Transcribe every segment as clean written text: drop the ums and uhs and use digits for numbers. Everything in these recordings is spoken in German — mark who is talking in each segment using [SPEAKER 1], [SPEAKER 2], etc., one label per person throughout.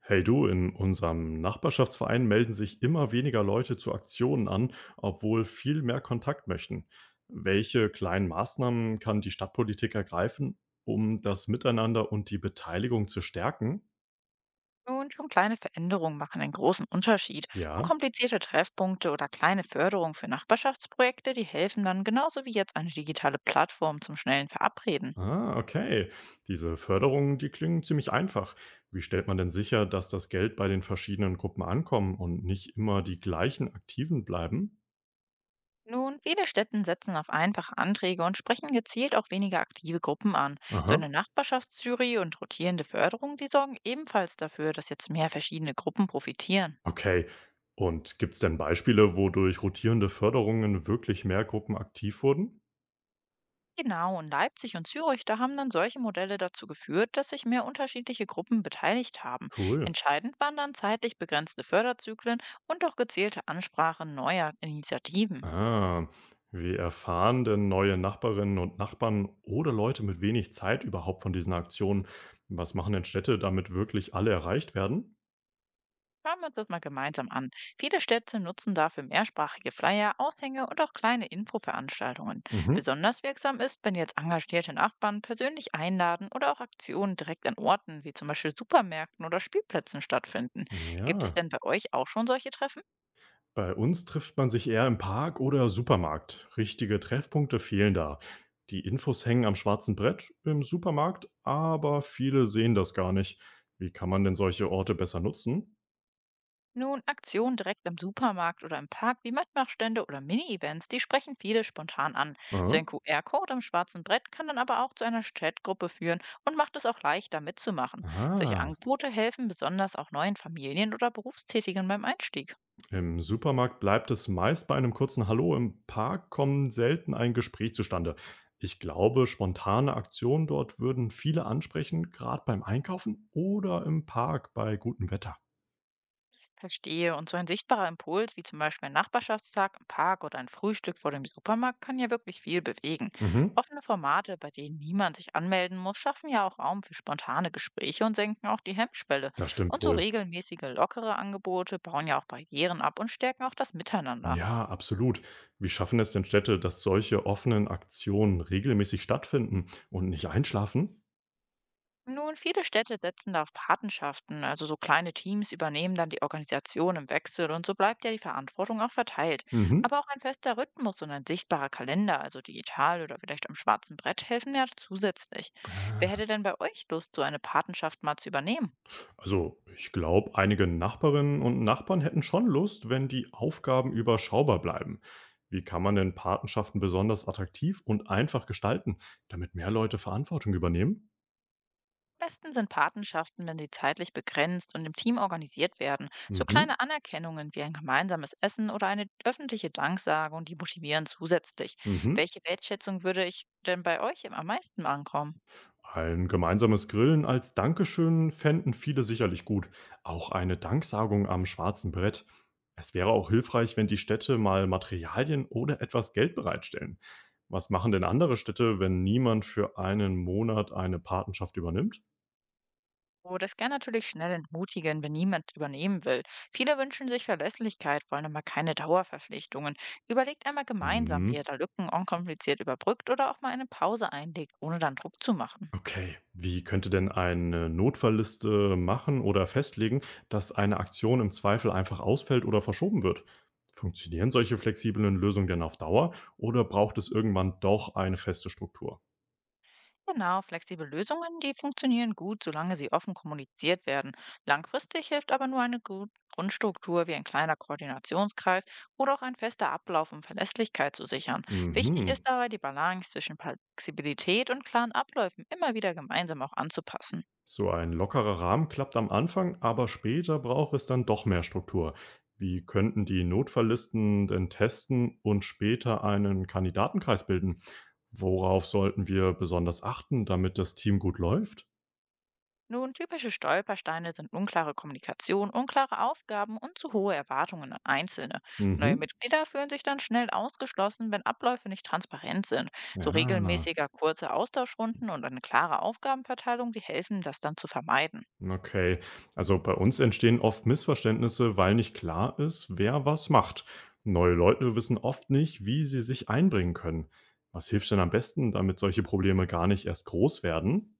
[SPEAKER 1] Hey du, in unserem Nachbarschaftsverein melden sich immer weniger Leute zu Aktionen an, obwohl viel mehr Kontakt möchten. Welche kleinen Maßnahmen kann die Stadtpolitik ergreifen, um das Miteinander und die Beteiligung zu stärken?
[SPEAKER 2] Nun, schon kleine Veränderungen machen einen großen Unterschied. Und
[SPEAKER 1] Ja,
[SPEAKER 2] komplizierte Treffpunkte oder kleine Förderungen für Nachbarschaftsprojekte, die helfen dann genauso wie jetzt eine digitale Plattform zum schnellen Verabreden.
[SPEAKER 1] okay. Diese Förderungen, die klingen ziemlich einfach. Wie stellt man denn sicher, dass das Geld bei den verschiedenen Gruppen ankommt und nicht immer die gleichen Aktiven bleiben?
[SPEAKER 2] Nun, viele Städten setzen auf einfache Anträge und sprechen gezielt auch weniger aktive Gruppen an. So
[SPEAKER 1] Aha.
[SPEAKER 2] eine Nachbarschaftsjury und rotierende Förderung, die sorgen ebenfalls dafür, dass jetzt mehr verschiedene Gruppen profitieren.
[SPEAKER 1] Okay. Und gibt es denn Beispiele, wodurch rotierende Förderungen wirklich mehr Gruppen aktiv wurden?
[SPEAKER 2] Genau, in Leipzig und Zürich, da haben dann solche Modelle dazu geführt, dass sich mehr unterschiedliche Gruppen beteiligt haben.
[SPEAKER 1] Cool.
[SPEAKER 2] Entscheidend waren dann zeitlich begrenzte Förderzyklen und auch gezielte Ansprachen neuer Initiativen.
[SPEAKER 1] Ah, wie erfahren denn neue Nachbarinnen und Nachbarn oder Leute mit wenig Zeit überhaupt von diesen Aktionen? Was machen denn Städte, damit wirklich alle erreicht werden?
[SPEAKER 2] Schauen wir uns das mal gemeinsam an. Viele Städte nutzen dafür mehrsprachige Flyer, Aushänge und auch kleine Infoveranstaltungen.
[SPEAKER 1] Mhm.
[SPEAKER 2] Besonders wirksam ist, wenn jetzt engagierte Nachbarn persönlich einladen oder auch Aktionen direkt an Orten wie zum Beispiel Supermärkten oder Spielplätzen stattfinden. Gibt es
[SPEAKER 1] Ja,
[SPEAKER 2] denn bei euch auch schon solche Treffen?
[SPEAKER 1] Bei uns trifft man sich eher im Park oder Supermarkt. Richtige Treffpunkte fehlen da. Die Infos hängen am schwarzen Brett im Supermarkt, aber viele sehen das gar nicht. Wie kann man denn solche Orte besser nutzen?
[SPEAKER 2] Nun, Aktionen direkt am Supermarkt oder im Park wie Mitmachstände oder Mini-Events, die sprechen viele spontan an. So ein
[SPEAKER 1] Aha.
[SPEAKER 2] QR-Code am schwarzen Brett kann dann aber auch zu einer Chatgruppe führen und macht es auch leichter mitzumachen. Solche
[SPEAKER 1] Ah,
[SPEAKER 2] Angebote helfen besonders auch neuen Familien oder Berufstätigen beim Einstieg.
[SPEAKER 1] im Supermarkt bleibt es meist bei einem kurzen Hallo, im Park kommen selten ein Gespräch zustande. Ich glaube, spontane Aktionen dort würden viele ansprechen, gerade beim Einkaufen oder im Park bei gutem Wetter.
[SPEAKER 2] Verstehe. Und so ein sichtbarer Impuls, wie zum Beispiel ein Nachbarschaftstag im Park oder ein Frühstück vor dem Supermarkt, kann ja wirklich viel bewegen.
[SPEAKER 1] Mhm,
[SPEAKER 2] Offene Formate, bei denen niemand sich anmelden muss, schaffen ja auch Raum für spontane Gespräche und senken auch die Hemmschwelle.
[SPEAKER 1] das
[SPEAKER 2] Und
[SPEAKER 1] stimmt
[SPEAKER 2] so
[SPEAKER 1] wohl.
[SPEAKER 2] regelmäßige, lockere Angebote bauen ja auch Barrieren ab und stärken auch das Miteinander.
[SPEAKER 1] Ja, absolut. Wie schaffen es denn Städte, dass solche offenen Aktionen regelmäßig stattfinden und nicht einschlafen?
[SPEAKER 2] Nun, viele Städte setzen da auf Patenschaften, also so kleine Teams übernehmen dann die Organisation im Wechsel und so bleibt ja die Verantwortung auch verteilt.
[SPEAKER 1] Mhm.
[SPEAKER 2] Aber auch ein fester Rhythmus und ein sichtbarer Kalender, also digital oder vielleicht am schwarzen Brett, helfen ja zusätzlich. Wer
[SPEAKER 1] Ah.
[SPEAKER 2] hätte denn bei euch Lust, so eine Patenschaft mal zu übernehmen?
[SPEAKER 1] Also, ich glaube, einige Nachbarinnen und Nachbarn hätten schon Lust, wenn die Aufgaben überschaubar bleiben. Wie kann man denn Patenschaften besonders attraktiv und einfach gestalten, damit mehr Leute Verantwortung übernehmen?
[SPEAKER 2] Besten sind Patenschaften, wenn sie zeitlich begrenzt und im Team organisiert werden. So
[SPEAKER 1] Mhm.
[SPEAKER 2] kleine Anerkennungen wie ein gemeinsames Essen oder eine öffentliche Danksagung, die motivieren zusätzlich.
[SPEAKER 1] Mhm.
[SPEAKER 2] Welche Wertschätzung würde ich denn bei euch am meisten ankommen?
[SPEAKER 1] Ein gemeinsames Grillen als Dankeschön fänden viele sicherlich gut. Auch eine Danksagung am schwarzen Brett. Es wäre auch hilfreich, wenn die Städte mal Materialien oder etwas Geld bereitstellen. Was machen denn andere Städte, wenn niemand für einen Monat eine Patenschaft übernimmt?
[SPEAKER 2] Oh, das kann natürlich schnell entmutigen, wenn niemand übernehmen will. Viele wünschen sich Verlässlichkeit, wollen aber keine Dauerverpflichtungen. Überlegt einmal gemeinsam, wie ihr
[SPEAKER 1] Mhm.
[SPEAKER 2] da Lücken unkompliziert überbrückt oder auch mal eine Pause einlegt, ohne dann Druck zu machen.
[SPEAKER 1] Okay, wie könnte denn eine Notfallliste machen oder festlegen, dass eine Aktion im Zweifel einfach ausfällt oder verschoben wird? Funktionieren solche flexiblen Lösungen denn auf Dauer oder braucht es irgendwann doch eine feste Struktur?
[SPEAKER 2] Genau, flexible Lösungen, die funktionieren gut, solange sie offen kommuniziert werden. Langfristig hilft aber nur eine Grundstruktur wie ein kleiner Koordinationskreis oder auch ein fester Ablauf, um Verlässlichkeit zu sichern. Wichtig ist
[SPEAKER 1] Mhm.
[SPEAKER 2] dabei die Balance zwischen Flexibilität und klaren Abläufen immer wieder gemeinsam auch anzupassen.
[SPEAKER 1] So ein lockerer Rahmen klappt am Anfang, aber später braucht es dann doch mehr Struktur. Wie könnten die Notfalllisten denn testen und später einen Kandidatenkreis bilden? Worauf sollten wir besonders achten, damit das Team gut läuft?
[SPEAKER 2] Nun, typische Stolpersteine sind unklare Kommunikation, unklare Aufgaben und zu hohe Erwartungen an Einzelne. Neue
[SPEAKER 1] Mhm.
[SPEAKER 2] Mitglieder fühlen sich dann schnell ausgeschlossen, wenn Abläufe nicht transparent sind. So
[SPEAKER 1] Ja,
[SPEAKER 2] regelmäßiger kurze Austauschrunden und eine klare Aufgabenverteilung, die helfen, das dann zu vermeiden.
[SPEAKER 1] okay. Also bei uns entstehen oft Missverständnisse, weil nicht klar ist, wer was macht. Neue Leute wissen oft nicht, wie sie sich einbringen können. Was hilft denn am besten, damit solche Probleme gar nicht erst groß werden?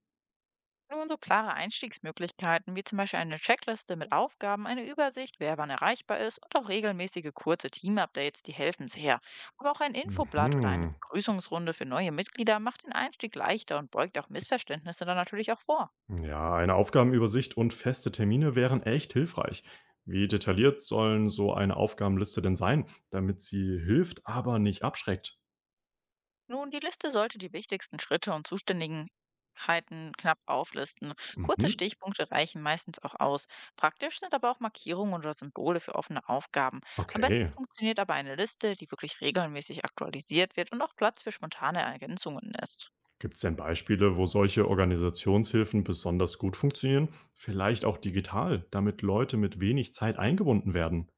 [SPEAKER 2] Nun so klare Einstiegsmöglichkeiten, wie zum Beispiel eine Checkliste mit Aufgaben, eine Übersicht, wer wann erreichbar ist und auch regelmäßige kurze Team-Updates, die helfen sehr. Aber auch ein Infoblatt oder eine
[SPEAKER 1] Mhm.
[SPEAKER 2] Begrüßungsrunde für neue Mitglieder macht den Einstieg leichter und beugt auch Missverständnisse dann natürlich auch vor.
[SPEAKER 1] Ja, eine Aufgabenübersicht und feste Termine wären echt hilfreich. Wie detailliert sollen so eine Aufgabenliste denn sein, damit sie hilft, aber nicht abschreckt?
[SPEAKER 2] Nun, die Liste sollte die wichtigsten Schritte und Zuständigkeiten knapp auflisten. Kurze
[SPEAKER 1] Mhm.
[SPEAKER 2] Stichpunkte reichen meistens auch aus. Praktisch sind aber auch Markierungen oder Symbole für offene Aufgaben. Am besten
[SPEAKER 1] Okay.
[SPEAKER 2] funktioniert aber eine Liste, die wirklich regelmäßig aktualisiert wird und auch Platz für spontane Ergänzungen lässt.
[SPEAKER 1] Gibt es denn Beispiele, wo solche Organisationshilfen besonders gut funktionieren? Vielleicht auch digital, damit Leute mit wenig Zeit eingebunden werden.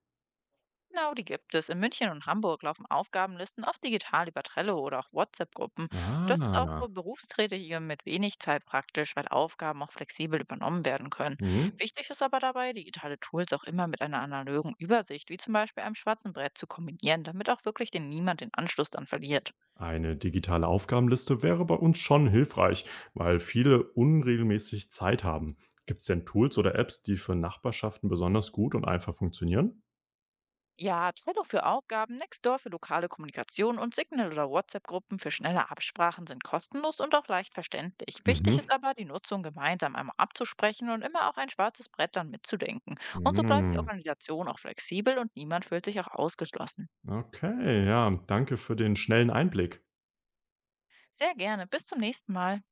[SPEAKER 2] Genau, die gibt es. In München und Hamburg laufen Aufgabenlisten oft digital über Trello oder auch WhatsApp-Gruppen. Das ist auch
[SPEAKER 1] Ah,
[SPEAKER 2] für Berufstätige mit wenig Zeit praktisch, weil Aufgaben auch flexibel übernommen werden können.
[SPEAKER 1] mhm.
[SPEAKER 2] Wichtig ist aber dabei, digitale Tools auch immer mit einer analogen Übersicht, wie zum Beispiel einem schwarzen Brett, zu kombinieren, damit auch wirklich denn niemand den Anschluss dann verliert.
[SPEAKER 1] Eine digitale Aufgabenliste wäre bei uns schon hilfreich, weil viele unregelmäßig Zeit haben. Gibt es denn Tools oder Apps, die für Nachbarschaften besonders gut und einfach funktionieren?
[SPEAKER 2] Ja, Trello für Aufgaben, Nextdoor für lokale Kommunikation und Signal- oder WhatsApp-Gruppen für schnelle Absprachen sind kostenlos und auch leicht verständlich. Wichtig
[SPEAKER 1] Mhm.
[SPEAKER 2] ist aber, die Nutzung gemeinsam einmal abzusprechen und immer auch ein schwarzes Brett dann mitzudenken. Und so bleibt die
[SPEAKER 1] Mhm.
[SPEAKER 2] Organisation auch flexibel und niemand fühlt sich auch ausgeschlossen.
[SPEAKER 1] Okay, ja, danke für den schnellen Einblick.
[SPEAKER 2] Sehr gerne, bis zum nächsten Mal.